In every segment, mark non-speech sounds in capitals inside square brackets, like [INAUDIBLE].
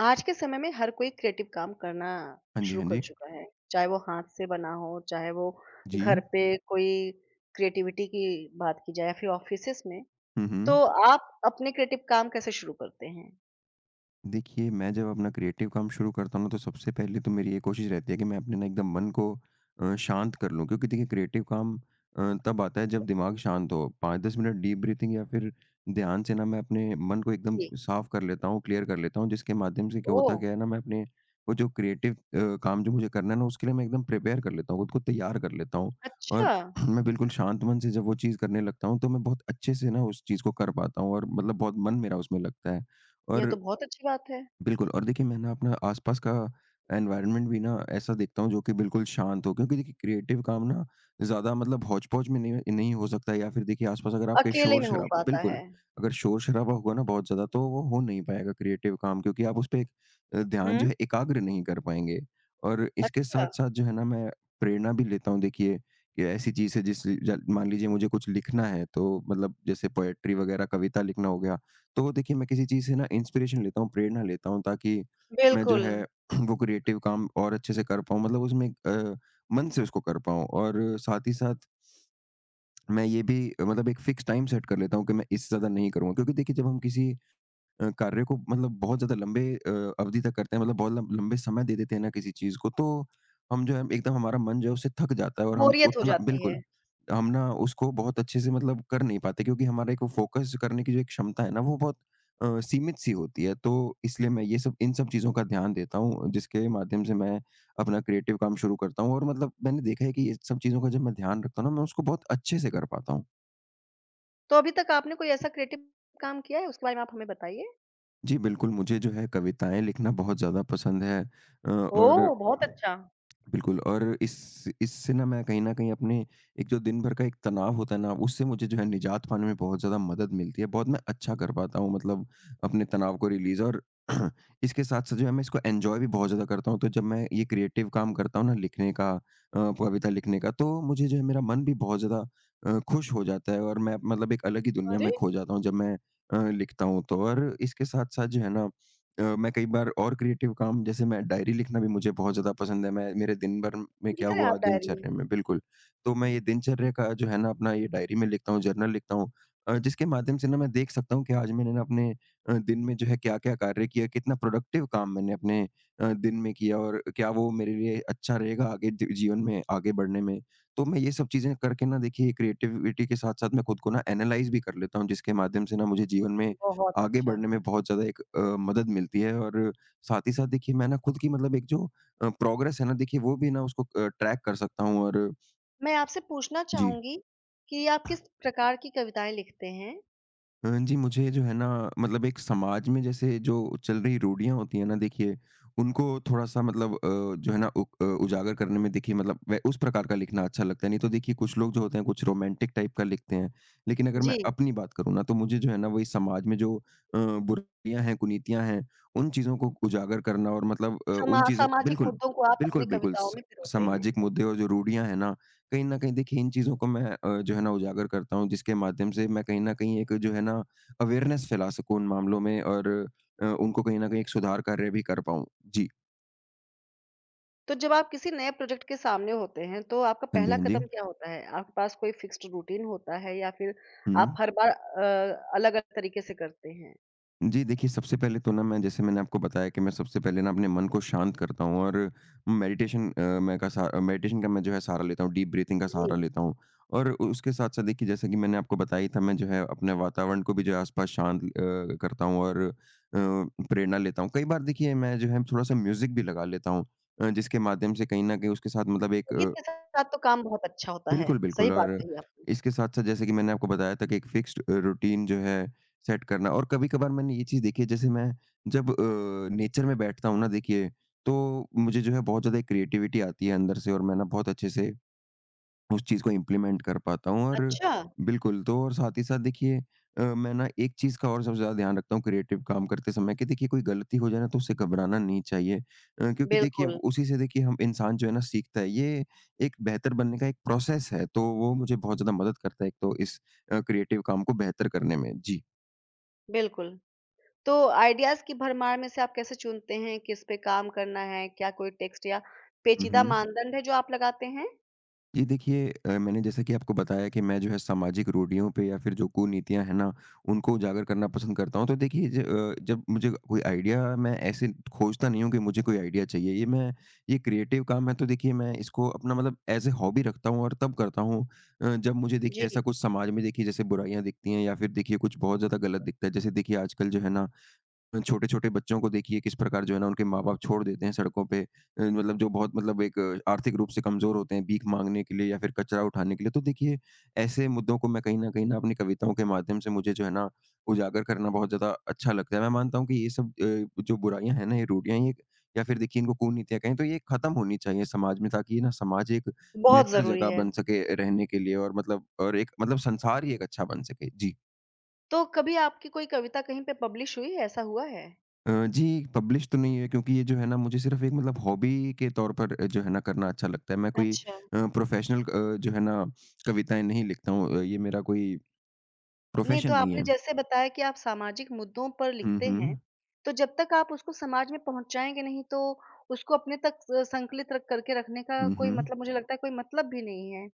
आज के समय में हर कोई क्रिएटिव काम करना हाँ जी, शुरू हाँ कर जी। चुका है। चाहे वो हाथ से बना हो, चाहे वो जी। घर पे कोई क्रिएटिविटी की बात की जाए या फिर ऑफ़िसेज़ में। हुँ, हुँ। तो आप अपने क्रिएटिव काम कैसे शुरू करते हैं? देखिए, मैं जब अपना क्रिएटिव काम शुरू करता हूँ ना, तो सबसे पहले तो मेरी ये कोशिश रहती है कि मैं अपने ना एकदम मन को शांत कर लूँ। क्योंकि देखिए क्रिएटिव काम तब आता है जब दिमाग शांत हो। 5-10 मिनट डीप ब्रीथिंग या फिर ध्यान से ना मैं अपने मन को एकदम जी। साफ कर लेता हूँ, क्लियर कर लेता हूँ, जिसके माध्यम से क्या ओह! होता क्या है ना मैं अपने वो जो क्रिएटिव काम जो मुझे करना है ना उसके लिए मैं एकदम प्रिपेयर कर लेता हूँ, खुद को तैयार कर लेता हूँ। अच्छा, और [CLEARS THROAT] मैं बिल्कुल शांत मन से जब वो चीज़ करने लगता हूँ, तो मैं बहुत अच्छे से ना उस चीज़ को कर पाता हूँ और मतलब बहुत मन मेरा उसमें लगता है। यह और तो बहुत अच्छी बात है। बिल्कुल। और देखिए मैं ना अपना आसपास का एनवायरनमेंट भी ना ऐसा देखता हूँ जो कि बिल्कुल शांत हो, क्योंकि देखिए क्रिएटिव काम ना ज़्यादा मतलब हौच पौच में नहीं नहीं हो सकता, या फिर देखिए आसपास अगर आपके अकेले शोर में हो शराब [LAUGHS] पाता है। बिल्कुल, अगर शोर शराबा होगा ना बहुत ज़्यादा तो वो हो नहीं पाएगा क्रिएटिव काम, क्योंकि आप उस पर ध्यान हुँ, जो है एकाग्र नहीं कर पाएंगे। और इसके साथ अच्छा। साथ जो है ना मैं प्रेरणा भी लेता हूँ, देखिए कि ऐसी चीज़ है मान लीजिए मुझे कुछ लिखना है तो मतलब जैसे पोएट्री वगैरह कविता लिखना हो गया। तो देखिए मैं किसी चीज़ से ना इंस्पिरेशन लेता हूँ, प्रेरणा लेता हूँ ताकि मैं जो बिल्कुल, है [CLEARS THROAT] वो क्रिएटिव काम और अच्छे से कर पाऊँ, मतलब उसमें एक, मन से उसको कर पाऊँ, और साथ ही साथ मैं ये भी मतलब एक फिक्स टाइम सेट कर लेता हूँ कि मैं इससे ज़्यादा नहीं करूँगा। क्योंकि देखिए जब हम किसी कार्य को मतलब बहुत ज़्यादा लंबे अवधि तक करते हैं, मतलब बहुत लम लंबे समय दे देते हैं ना किसी चीज़ को, तो हम जो है एकदम, हमारा मन जो है उससे थक जाता है और हम बोरियत हो उतना जाती है। बिल्कुल, हम ना उसको बहुत अच्छे से मतलब कर नहीं पाते, क्योंकि हमारा एक वो फ़ोकस करने की जो एक क्षमता है ना, वो बहुत सीमित-सी होती है। तो इसलिए मैं ये सब, इन सब चीज़ों का ध्यान देता हूँ, जिसके माध्यम से मैं अपना क्रिएटिव काम शुरू करता हूँ, और मतलब मैंने देखा है कि ये सब चीज़ों का जब मैं ध्यान रखता हूँ ना, मैं उसको बहुत अच्छे से कर पाता हूँ। तो अभी तक आपने कोई ऐसा क्रिएटिव काम किया है? उसके बारे में आप हमें बताइए। जी, बिल्कुल, मुझे जो है कविताएँ लिखना बहुत ज़्यादा पसंद है और ओह! बहुत अच्छा। बिल्कुल। और इस इससे ना मैं कहीं न कहीं अपने एक जो दिन भर का एक तनाव होता है ना, उससे मुझे जो है निजात पाने में बहुत ज़्यादा मदद मिलती है। बहुत मैं अच्छा कर पाता हूँ मतलब अपने तनाव को रिलीज़। और [CLEARS THROAT] इसके साथ-साथ जो है मैं इसको एन्जॉय भी बहुत ज़्यादा करता हूँ। तो जब मैं ये क्रिएटिव काम करता हूँ ना, लिखने का कविता लिखने का, तो मुझे जो है मेरा मन भी बहुत ज़्यादा खुश हो जाता है और मैं मतलब एक अलग ही दुनिया अरे! में खो जाता हूँ जब मैं लिखता हूँ तो। और इसके साथ-साथ जो है ना मैं कई बार और क्रिएटिव काम जैसे मैं डायरी लिखना, भी मुझे बहुत ज़्यादा पसंद है। मैं मेरे दिन भर में क्या लिख रहे हैं हुआ, आप डायरी। दिनचर्या में बिल्कुल। तो मैं ये दिनचर्या का जो है ना अपना, ये डायरी में लिखता हूँ, जर्नल लिखता हूँ, जिसके माध्यम से ना मैं देख सकता हूँ कि आज मैंने ना अपने दिन में जो है क्या-क्या कार्य किया, कितना प्रोडक्टिव काम मैंने अपने दिन में किया, और क्या वो मेरे लिए अच्छा रहेगा आगे ज जीवन में आगे बढ़ने में। तो मैं ये सब चीज़ें करके ना देखिए, क्रिएटिविटी के साथ-साथ मैं खुद को ना एनालाइज़ भी कर लेता हूँ, जिसके माध्यम से ना मुझे जीवन में बहुत आगे अच्छा। बढ़ने में बहुत ज़्यादा एक मदद मिलती है, और साथ ही साथ देखिए मैं ना खुद की मतलब एक जो प्रोग्रेस है ना देखिए, वो भी ना, उसको ट्रैक कर सकता हूँ और मैं आपसे पूछना जी। चाहूँगी कि आप किस प्रकार की कविताएँ लिखते हैं? जी, मुझे जो है ना मतलब एक समाज में जैसे जो चल रही रूढ़ियाँ होती हैं ना देखिए, उनको थोड़ा-सा मतलब जो है ना, उजागर करने में देखिए मतलब वे उस प्रकार का लिखना अच्छा लगता है। नहीं तो देखिए कुछ लोग जो होते हैं, कुछ रोमांटिक टाइप का लिखते हैं। लेकिन अगर मैं जी, अपनी बात करूँ ना तो मुझे जो है ना वही समाज में जो बुराइयाँ हैं, कुनीतियाँ हैं, उन चीज़ों को उजागर करना, और मतलब समा उन चीज़ों, सामाजिक बिल्कुल, मुद्दों को आप बिल्कुल, अपनी बिल्कुल, कविताओं स में पिरोते हैं। सामाजिक मुद्दे और जो रूढ़ियाँ हैं ना, कहीं न कहीं देखिए इन चीज़ों को मैं जो है ना उजागर करता हूँ, जिसके माध्यम से मैं कहीं न कहीं एक जो है ना अवेयरनेस फैला सकूँ उन मामलों में, और उनको कहीं न कहीं एक सुधार कार्य भी कर पाऊँ। जी। तो जब आप किसी नए प्रोजेक्ट के सामने होते हैं, तो आपका हाँ जी, पहला हाँ जी। कदम क्या होता है? आपके पास कोई फिक्स्ड रूटीन होता है या फिर हुँ। आप हर बार अलग-अलग तरीके से करते हैं? जी, देखिए सबसे पहले तो ना मैं, जैसे मैंने आपको बताया कि मैं सबसे पहले ना अपने मन को शांत करता हूँ, और मेडिटेशन अ, मैं का सा मेडिटेशन का मैं जो है सहारा लेता हूँ, डीप ब्रीथिंग का सहारा जी, लेता हूँ। और उसके साथ-साथ देखिए, जैसा कि मैंने आपको बताया ही था, मैं जो है अपने वातावरण को भी जो है आस-पास शांत करता हूँ, और प्रेरणा लेता हूँ। कई बार देखिए मैं जो है थोड़ा-सा म्यूज़िक भी लगा लेता हूँ, जिसके माध्यम से कहीं न कहीं उसके साथ मतलब एक संगीत के साथ तो काम बहुत अच्छा होता है। बिल्कुल, सही बिल्कुल। बात और कही आपने। इसके साथ-साथ, जैसे कि मैंने आपको बताया था, कि एक फ़िक्स्ड रूटीन जो है सेट करना, और कभी-कभार मैंने ये चीज़ देखी है, जैसे मैं जब नेचर में बैठता हूँ ना देखिए, तो मुझे जो है बहुत ज़्यादा एक क्रिएटिविटी आती है अंदर से, और मैं ना बहुत अच्छे से उस चीज़ को इम्प्लीमेंट कर पाता हूँ, और अच्छा, बिल्कुल। तो और साथ ही साथ देखिए मैं ना एक चीज़ का और सबसे ज़्यादा ध्यान रखता हूँ क्रिएटिव काम करते समय, कि देखिए कोई गलती हो जाए ना तो उससे घबराना नहीं चाहिए, क्योंकि देखिए बिल्कुल, उसी से देखिए हम इंसान जो है ना सीखता है, ये एक बेहतर बनने का एक प्रोसेस है, तो वो मुझे बहुत ज़्यादा मदद करता है एक तो इस क्रिएटिव काम को बेहतर करने में। जी। बिल्कुल। तो आइडियाज़ की भरमार में से आप कैसे चुनते हैं, किस पे काम करना है? क्या कोई टेक्स्ट या हुँ, पेचीदा हुँ। मानदंड है जो आप लगाते हैं? जी देखिए, मैंने, जैसा कि आपको बताया कि मैं जो है सामाजिक रूढ़ियों पे या फिर जो कुनीतियाँ हैं ना, उनको उजागर करना पसंद करता हूँ। तो देखिए जब मुझे कोई आइडिया, मैं ऐसे खोजता नहीं हूँ कि मुझे कोई आइडिया चाहिए। ये मैं, ये क्रिएटिव काम है, तो देखिए मैं इसको अपना मतलब ऐज़ ए हॉबी रखता हूँ, और तब करता हूँ जब मुझे जी, देखिए ऐसा कुछ समाज में देखिए जैसे बुराइयाँ दिखती हैं, या फिर देखिए कुछ बहुत ज़्यादा गलत दिखता है। जैसे देखिए आजकल जो है ना, छोटे-छोटे बच्चों को देखिए किस प्रकार जो है ना उनके माँ-बाप छोड़ देते हैं सड़कों पे। मतलब जो बहुत, मतलब एक आर्थिक रूप से कमज़ोर होते हैं, भीख माँगने के लिए या फिर कचरा उठाने के लिए। तो देखिए ऐसे मुद्दों को मैं कहीं न कहीं ना अपनी कविताओं के माध्यम से, मुझे जो है ना उजागर करना बहुत ज़्यादा अच्छा लगता है। मैं मानता हूँ कि ये सब जो बुराइयाँ हैं ना, ये रूढ़ियाँ, ये या फिर देखिए इनको कुनीतियाँ कहें, तो ये ख़त्म होनी चाहिए समाज में, ताकि ये ना समाज एक बहुत बेहतर ज़रूरी जगह है। बन सके रहने के लिए, और मतलब और एक, मतलब संसार ही एक अच्छा बन सके। जी। तो कभी आपकी कोई कविता कहीं पे पब्लिश हुई है, ऐसा हुआ है? जी, पब्लिश तो नहीं है, क्योंकि ये जो है ना मुझे सिर्फ़ एक मतलब हॉबी के तौर पर जो है ना करना अच्छा लगता है। मैं कोई अच्छा, प्रोफ़ेशनल जो है ना कविताएँ नहीं लिखता हूँ। ये मेरा कोई नहीं प्रोफ़ेशन तो नहीं आपने है। जैसे बताया कि आप सामाजिक मुद्दों पर हुँ, लिखते हैं, हुँ। तो जब तक आप उसको समाज में पहुँचाएँगे नहीं, तो उसको अपने तक स संकलित रख करके रखने का हुँ, कोई हुँ। मतलब मुझे लगता है कोई मतलब भी नहीं है।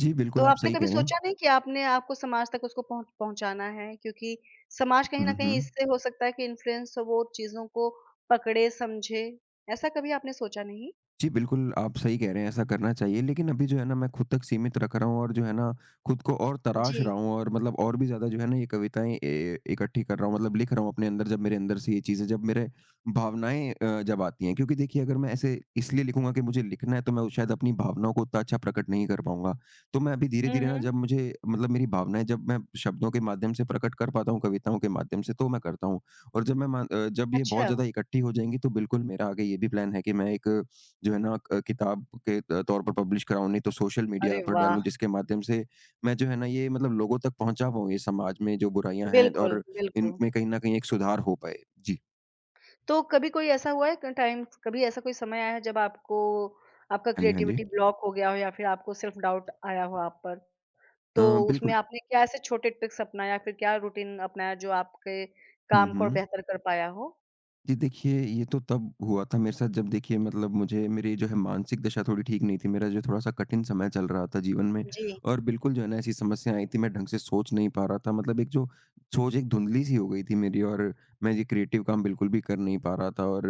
जी, तो बिल्कुल, आप आपने सही कभी कह रहे हैं। सोचा नहीं कि आपने आपको समाज तक उसको पहुँचाना है? क्योंकि समाज कहीं न हुँ, हुँ। कहीं इससे हो सकता है कि इन्फ्लुएंस हो वो चीज़ों को पकड़े, समझे। ऐसा कभी आपने सोचा नहीं? जी, बिल्कुल, आप सही कह रहे हैं, ऐसा करना चाहिए। लेकिन अभी जो है ना मैं खुद तक सीमित रख रहा हूँ, और जो है ना खुद को और तराश जी। रहा हूँ, और मतलब और भी ज़्यादा जो है ना ये कविताएँ इकट्ठी कर रहा हूँ, मतलब लिख रहा हूँ अपने अंदर, जब मेरे अंदर से ये चीज़ें, जब मेरे भावनाएँ जब आती हैं। क्योंकि देखिए अगर मैं ऐसे इसलिए लिखूँगा कि मुझे लिखना है, तो मैं शायद अपनी भावनाओं को उतना अच्छा प्रकट नहीं कर पाऊँगा। तो मैं अभी हुँ, धीरे-धीरे ना हुँ। जब मुझे मतलब मेरी भावनाएँ जब मैं शब्दों के माध्यम से प्रकट कर पाता हूँ, कविताओं के माध्यम से, तो मैं करता हूँ। और जब मैं जब ये बहुत अच्छा। ज़्यादा इकट्ठी हो जाएँगी, तो बिल्कुल मेरा आगे ये भी प्लान है कि मैं एक जो है ना किताब के त तौर पर पब्लिश कराऊँ, नहीं तो सोशल मीडिया अरे पर वाह! डालूँ, जिसके माध्यम से मैं जो है ना ये मतलब लोगों तक पहुँचा पाऊँ, ये समाज में जो बुराइयाँ हैं बिल्कुल, और बिल्कुल। इनमें कहीं न कहीं एक सुधार हो पाए। जी। तो कभी कोई ऐसा हुआ है क टाइम कभी ऐसा कोई समय आया है जब आपको आपका हाँ जी, हाँ जी। क्रिएटिविटी ब्लॉक हो गया हो या फिर आपको सेल्फ डाउट आया हो आप पर? अ, तो उसमें बिल्कुल। आपने क्या ऐसे छोटे ट्रिक्स अपनाया फिर क्या रूटीन अपनाया जो आपके हुँ, काम को और हुँ। बेहतर कर पाया हो? जी देखिए, ये तो तब हुआ था मेरे साथ जब देखिए मतलब मुझे मेरी जो है मानसिक दशा थोड़ी ठीक नहीं थी। मेरा जो थोड़ा-सा कठिन समय चल रहा था जीवन में जी। और बिल्कुल जो है ना ऐसी समस्याएँ आई थी, मैं ढंग से सोच नहीं पा रहा था। मतलब एक जो सोच एक धुंधली-सी हो गई थी मेरी और मैं ये क्रिएटिव काम बिल्कुल भी कर नहीं पा रहा था।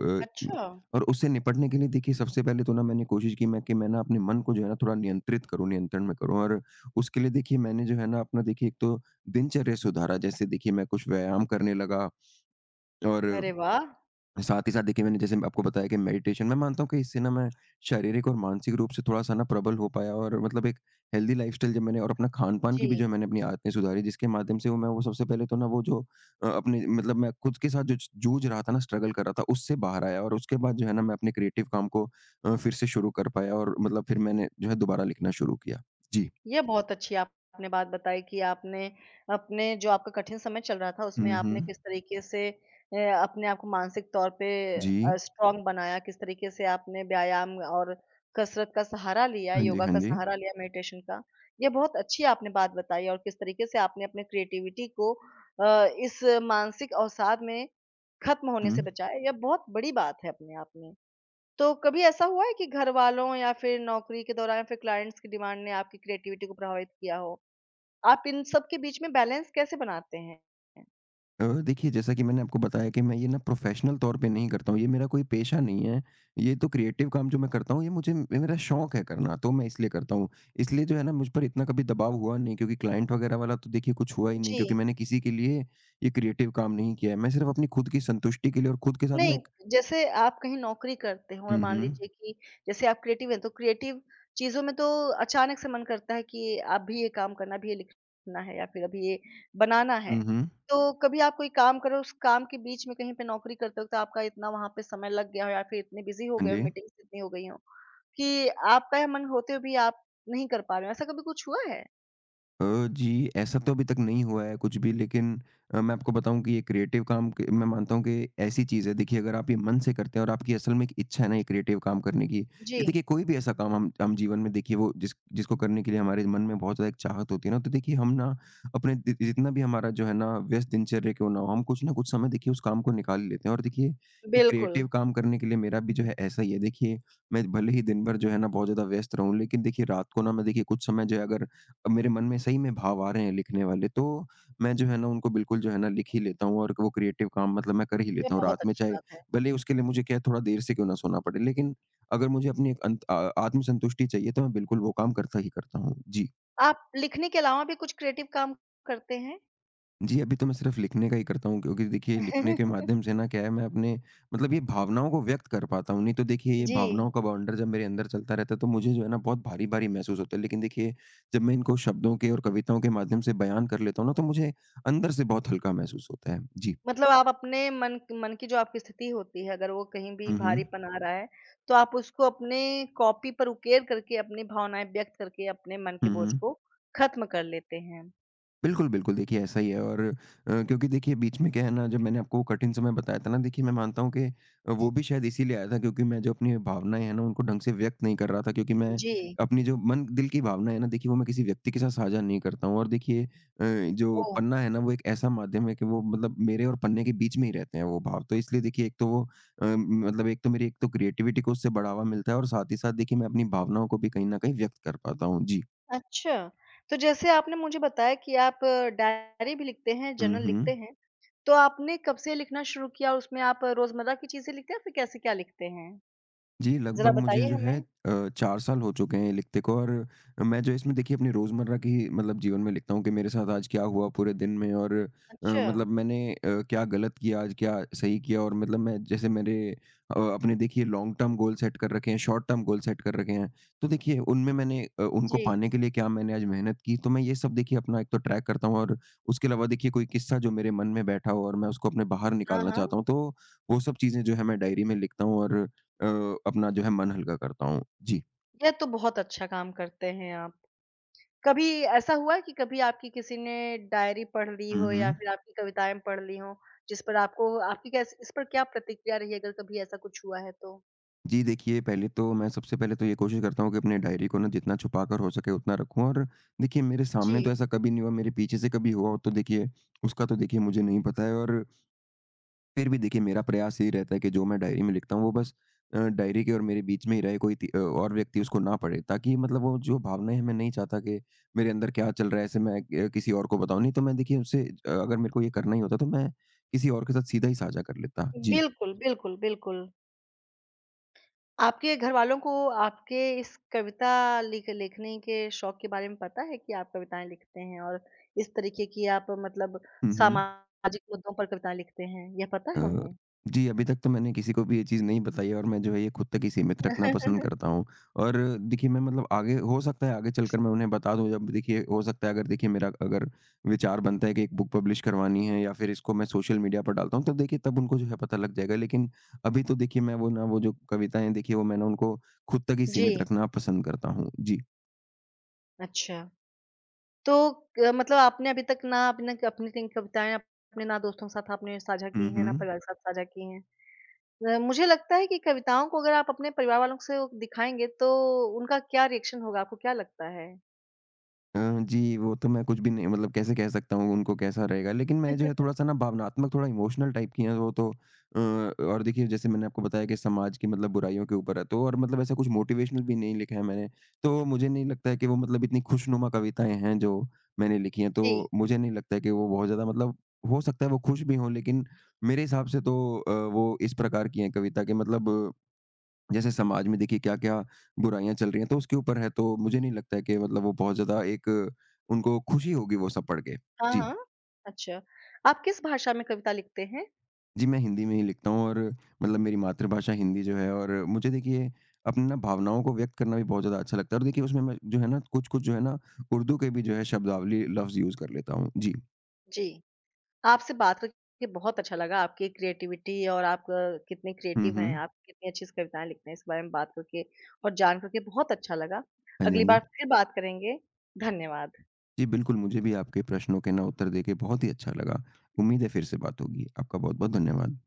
अ, अच्छा! और उससे निपटने के लिए देखिए सबसे पहले तो ना मैंने कोशिश की मैं कि मैं ना अपने मन को जो है ना थोड़ा नियंत्रित करूँ, नियंत्रण में करूँ और उसके लिए देखिए मैंने जो है ना अपना देखिए एक तो दिनचर्या सुधारा। जैसे देखिए मैं कुछ व्यायाम करने लगा और अरे वाह! साथ ही साथ देखिए मैंने जैसे आपको बताया कि मेडिटेशन मैं मानता हूँ कि इससे ना मैं शारीरिक और मानसिक रूप से थोड़ा-सा ना प्रबल हो पाया और मतलब एक हेल्दी लाइफ़स्टाइल जब मैंने और अपना खान-पान की भी जी, जो मैंने अपनी आदतें सुधारी, जिसके माध्यम से वो मैं वो सबसे पहले तो ना वो जो अपने मतलब मैं खुद के साथ जो जूझ रहा था ना, स्ट्रगल कर रहा था, उससे बाहर आया और उसके बाद जो है ना मैं अपने क्रिएटिव काम को फिर से शुरू कर पाया और मतलब फिर मैंने जो है दोबारा लिखना शुरू किया। जी। ये बहुत अच्छी आपने बात बताई कि आपने अपने जो आपका कठिन समय चल रहा था उसमें हुँ, हुँ। आपने किस तरीके से अपने आप को मानसिक तौर पे जी। स्ट्रॉन्ग बनाया, किस तरीके से आपने व्यायाम और कसरत का सहारा लिया, हाँ जी, योगा हाँ का जी। सहारा लिया, मेडिटेशन का। ये बहुत अच्छी आपने बात बताई और किस तरीके से आपने अपने क्रिएटिविटी को इस मानसिक अवसाद में खत्म होने हुँ। से बचाया, यह बहुत बड़ी बात है अपने आप में। तो कभी ऐसा हुआ है कि घरवालों या फिर नौकरी के दौरान या फिर क्लाइंट्स की डिमांड ने आपकी क्रिएटिविटी को प्रभावित किया हो? आप इन सब के बीच में बैलेंस कैसे बनाते हैं? देखिए जैसा कि मैंने आपको बताया कि मैं ये ना प्रोफेशनल तौर पे नहीं करता हूँ, ये मेरा कोई पेशा नहीं है। ये तो क्रिएटिव काम जो मैं करता हूँ, ये मुझे ये मेरा शौक है करना, तो मैं इसलिए करता हूँ। इसलिए जो है ना मुझ पर इतना कभी दबाव हुआ नहीं, क्योंकि क्लाइंट वगैरह वाला तो देखिए कुछ हुआ ही नहीं, जी। क्योंकि मैंने किसी के लिए ये क्रिएटिव काम नहीं किया है। मैं सिर्फ़ अपनी खुद की संतुष्टि के लिए और खुद के साथ मैं नहीं, एक। जैसे आप कहीं नौकरी करते हो और हुँ, मान हुँ। लीजिए कि जैसे आप क्रिएटिव हैं, तो क्रिएटिव चीज़ों में तो अचानक से मन करता है कि अभी ये काम करना, अभी ये लिखना है या फिर अभी ये बनाना है। हुँ, हुँ। तो कभी आप कोई काम करो, उस काम के बीच में कहीं पे नौकरी करते वक़्त आपका इतना वहाँ पे समय लग गया हो या फिर इतने बिज़ी हो हाँ गए हो, जी। मीटिंग्स इतनी हो गई हो। कि आपका यह मन होते हुए भी आप नहीं कर पा रहे हो, ऐसा कभी कुछ हुआ है? अ, जी, ऐसा तो अभी तक नहीं हुआ है कुछ भी, लेकिन मैं आपको बताऊँ कि ये क्रिएटिव काम क मैं मानता हूँ कि ऐसी चीज़ है, देखिए अगर आप ये मन से करते हैं और आपकी असल में एक इच्छा है ना ये क्रिएटिव काम करने की, जी, ये देखिए कोई भी ऐसा काम हम जीवन में देखिए वो जिस जिसको करने के लिए हमारे मन में बहुत ज़्यादा एक चाहत होती है ना, तो देखिए हम ना अपने जि जितना भी हमारा जो है ना व्यस्त दिनचर्या क्यों ना हो, हम कुछ ना कुछ समय देखिए उस काम को निकाल ही लेते हैं और देखिए ये बिल्कुल। क्रिएटिव काम करने के लिए मेरा भी जो है ऐसा ही है। देखिए, मैं भले ही दिन भर जो है ना बहुत ज़्यादा व्यस्त रहूँ, लेकिन देखिए रात को ना मैं देखिए कुछ समय जो है, अगर अब मेरे मन में सही में भाव आ रहे हैं लिखने वाले, तो मैं जो है ना उनको बिल्कुल जो है ना लिख ही लेता हूँ और वो क्रिएटिव काम मतलब मैं कर ही ये लेता हूँ बहुत रात में, अच्छी चाहे बात है। भले उसके लिए मुझे क्या है थोड़ा देर से क्यों ना सोना पड़े, लेकिन अगर मुझे अपनी एक आत्मसंतुष्टि चाहिए तो मैं बिल्कुल वो काम करता ही करता हूँ। जी। आप लिखने के अलावा भी कुछ क्रिएटिव काम करते हैं? जी, अभी तो मैं सिर्फ़ लिखने का ही करता हूँ, क्योंकि देखिए लिखने के [LAUGHS] माध्यम से ना क्या है मैं अपने मतलब ये भावनाओं को व्यक्त कर पाता हूँ। नहीं तो देखिए ये जी, भावनाओं का बवंडर जब मेरे अंदर चलता रहता है तो मुझे जो है ना बहुत भारी-भारी महसूस होता है। लेकिन देखिए जब मैं इनको शब्दों के और कविताओं के माध्यम से बयान कर लेता हूँ ना तो मुझे अंदर से बहुत हल्का महसूस होता है। जी। मतलब आप अपने मन मन की जो आपकी स्थिति होती है, अगर वो कहीं भी हुँ, हुँ। भारीपन आ रहा है, तो आप उसको अपने कॉपी पर उकेर करके अपनी भावनाएँ व्यक्त करके अपने मन के हुँ, बोझ हुँ। को खत्म कर लेते हैं। बिल्कुल, बिल्कुल। देखिए, ऐसा ही है और क्योंकि देखिए बीच में क्या है ना, जब मैंने आपको वो कठिन समय बताया था ना, देखिए मैं मानता हूँ कि वो भी शायद इसीलिए आया था, क्योंकि मैं जो अपनी भावनाएँ हैं ना उनको ढंग से व्यक्त नहीं कर रहा था, क्योंकि मैं जी। अपनी जो मन दिल की भावना है ना, देखिए वो मैं किसी व्यक्ति के साथ साझा नहीं करता हूँ और देखिए जो ओह! पन्ना है ना वो एक ऐसा माध्यम है कि वो मतलब मेरे और पन्ने के बीच में ही रहते हैं वो भाव। तो इसलिए देखिए एक तो वो मतलब एक तो मेरी एक तो क्रिएटिविटी को उससे बढ़ावा मिलता है और साथ ही साथ देखिए मैं अपनी भावनाओं को भी कहीं न कहीं व्यक्त कर पाता हूँ। जी। अच्छा, तो जैसे आपने मुझे बताया कि आप डायरी भी लिखते हैं, हुँ, जर्नल हुँ। लिखते हैं, तो आपने कब से लिखना शुरू किया और उसमें आप रोज़मर्रा की चीज़ें लिखते हैं या फिर कैसे क्या लिखते हैं? जी, ज़रा लगभग मुझे बताइए जो है हमें। 4 साल हो चुके हैं ये लिखते को और मैं जो इसमें देखिए अपनी रोज़मर्रा की मतलब जीवन में लिखता हूँ कि मेरे साथ आज क्या हुआ पूरे दिन में और अच्छा, मतलब क्या गलत किया आज, क्या सही किया और मतलब मैं जैसे मेरे अपने देखिए लॉन्ग टर्म गोल सेट कर रखे हैं, शॉर्ट टर्म गोल सेट कर रखे हैं। तो देखिए उनमें उनको जी। पाने के लिए क्या मैंने आज मेहनत की, तो मैं ये सब देखिए अपना एक तो ट्रैक करता हूँ और उसके अलावा देखिए कोई किस्सा जो मेरे मन में बैठा हो और मैं उसको अपने बाहर हाँ, निकालना हाँ। चाहता हूँ, तो वो सब चीज़ें जो है मैं डायरी में लिखता हूँ और अ, अपना जो है मन हल्का करता हूँ। जी। यह तो बहुत अच्छा काम करते हैं आप। कभी ऐसा हुआ है कि कभी आपकी किसी ने डायरी पढ़ ली हुँ, हो या हुँ। फिर आपकी कविताएँ पढ़ ली हों, जिस पर आपको आपकी कैस इस पर क्या प्रतिक्रिया रही है, अगर कभी ऐसा कुछ हुआ है तो? जी, देखिए पहले तो मैं सबसे पहले तो ये कोशिश करता हूँ कि अपने डायरी को ना जितना छुपा कर हो सके उतना रखूँ और देखिए मेरे जी। सामने तो ऐसा कभी नहीं हुआ, मेरे पीछे से कभी हुआ हो तो देखिए उसका तो देखिए मुझे नहीं पता है और फिर भी देखिए मेरा प्रयास यही रहता है कि जो मैं डायरी में लिखता हूँ वो बस डायरी के और मेरे बीच में ही रहे, कोई और व्यक्ति उसको ना पढ़े, ताकि मतलब वो जो भावनाएँ हैं, मैं नहीं चाहता कि मेरे अंदर क्या चल रहा है ऐसे मैं किसी और को बताऊँ। नहीं तो मैं देखिए उससे अगर मेरे को ये करना ही होता तो मैं किसी और के साथ सीधा ही साझा कर लेता। जी। बिल्कुल, बिल्कुल, बिल्कुल। आपके घरवालों को आपके इस कविता लिखने के शौक के बारे में पता है कि आप कविताएँ लिखते हैं और इस तरीके की आप मतलब हुँ, हुँ। सामाजिक मुद्दों पर कविताएँ लिखते हैं, यह पता है अ, उन्हें? जी, अभी तक तो मैंने किसी को भी ये चीज़ नहीं बताई है और मैं जो है ये खुद तक ही सीमित रखना पसंद [LAUGHS] करता हूँ। और देखिए मैं मतलब आगे हो सकता है आगे चलकर मैं उन्हें बता दूँ, जब देखिए हो सकता है अगर देखिए मेरा अगर विचार बनता है कि एक बुक पब्लिश करवानी है या फिर इसको मैं सोशल मीडिया पर डालता हूँ, तो देखिए तब उनको जो है पता लग जाएगा। लेकिन अभी तो देखिए मैं वो ना वो जो कविताएँ देखिए वो मैं ना उनको खुद तक ही सीमित जी, रखना पसंद करता हूँ। जी। अच्छा। तो क मतलब आपने अभी तक ना अपने अपनी 3 कविताएँ अपने ना दोस्तों के साथ आपने साझा की हुँ, हैं, ना हुँ। परिवार के साथ साझा की हैं। मुझे लगता है कि कविताओं को अगर आप अपने परिवार वालों से दिखाएँगे तो उनका क्या रिएक्शन होगा, आपको क्या लगता है? अ, जी, वो तो मैं कुछ भी नहीं, मतलब कैसे कह सकता हूँ उनको कैसा रहेगा, लेकिन मैंने जो है [LAUGHS] थोड़ा-सा ना भावनात्मक, थोड़ा इमोशनल टाइप की हैं वो तो और देखिए जैसे मैंने आपको बताया कि समाज की मतलब बुराइयों के ऊपर है तो और मतलब ऐसा कुछ मोटिवेशनल भी नहीं लिखा है मैंने, तो मुझे नहीं लगता है कि वो मतलब इतनी खुशनुमा कविताएँ हैं जो मैंने लिखी हैं, जी। तो मुझे नहीं लगता है कि वो बहुत ज़्यादा मतलब हो सकता है वो खुश भी हों, लेकिन मेरे हिसाब से तो वो इस प्रकार की हैं कविता कि मतलब जैसे समाज में देखिए क्या-क्या बुराइयाँ चल रही हैं, तो उसके ऊपर है, तो मुझे नहीं लगता है कि मतलब वो बहुत ज़्यादा एक उनको खुशी होगी वो सब पढ़ के। हाँ, जी। हाँ। अच्छा, आप किस भाषा में कविता लिखते हैं? जी, मैं हिंदी में ही लिखता हूँ और मतलब मेरी मातृभाषा हिंदी जो है और मुझे देखिए अपनी ना भावनाओं को व्यक्त करना भी बहुत ज़्यादा अच्छा लगता है और देखिए उसमें मैं जो है ना कुछ-कुछ जो है ना उर्दू के भी जो है शब्दावली लफ्ज़ यूज़ कर लेता हूँ। जी। जी, आपसे बात करके बहुत अच्छा लगा, आपकी क्रिएटिविटी और आप कितने हुँ, क्रिएटिव हैं, आप हुँ। कितनी अच्छी कविताएँ लिखते हैं, इस बारे में बात करके और जान करके बहुत अच्छा लगा। हाँ जी, अगली हाँ बार जी। फिर बात करेंगे। धन्यवाद। जी, बिल्कुल मुझे भी आपके प्रश्नों के ना उत्तर देके बहुत ही अच्छा लगा। उम्मीद है फिर से बात होगी। आपका बहुत-बहुत धन्यवाद।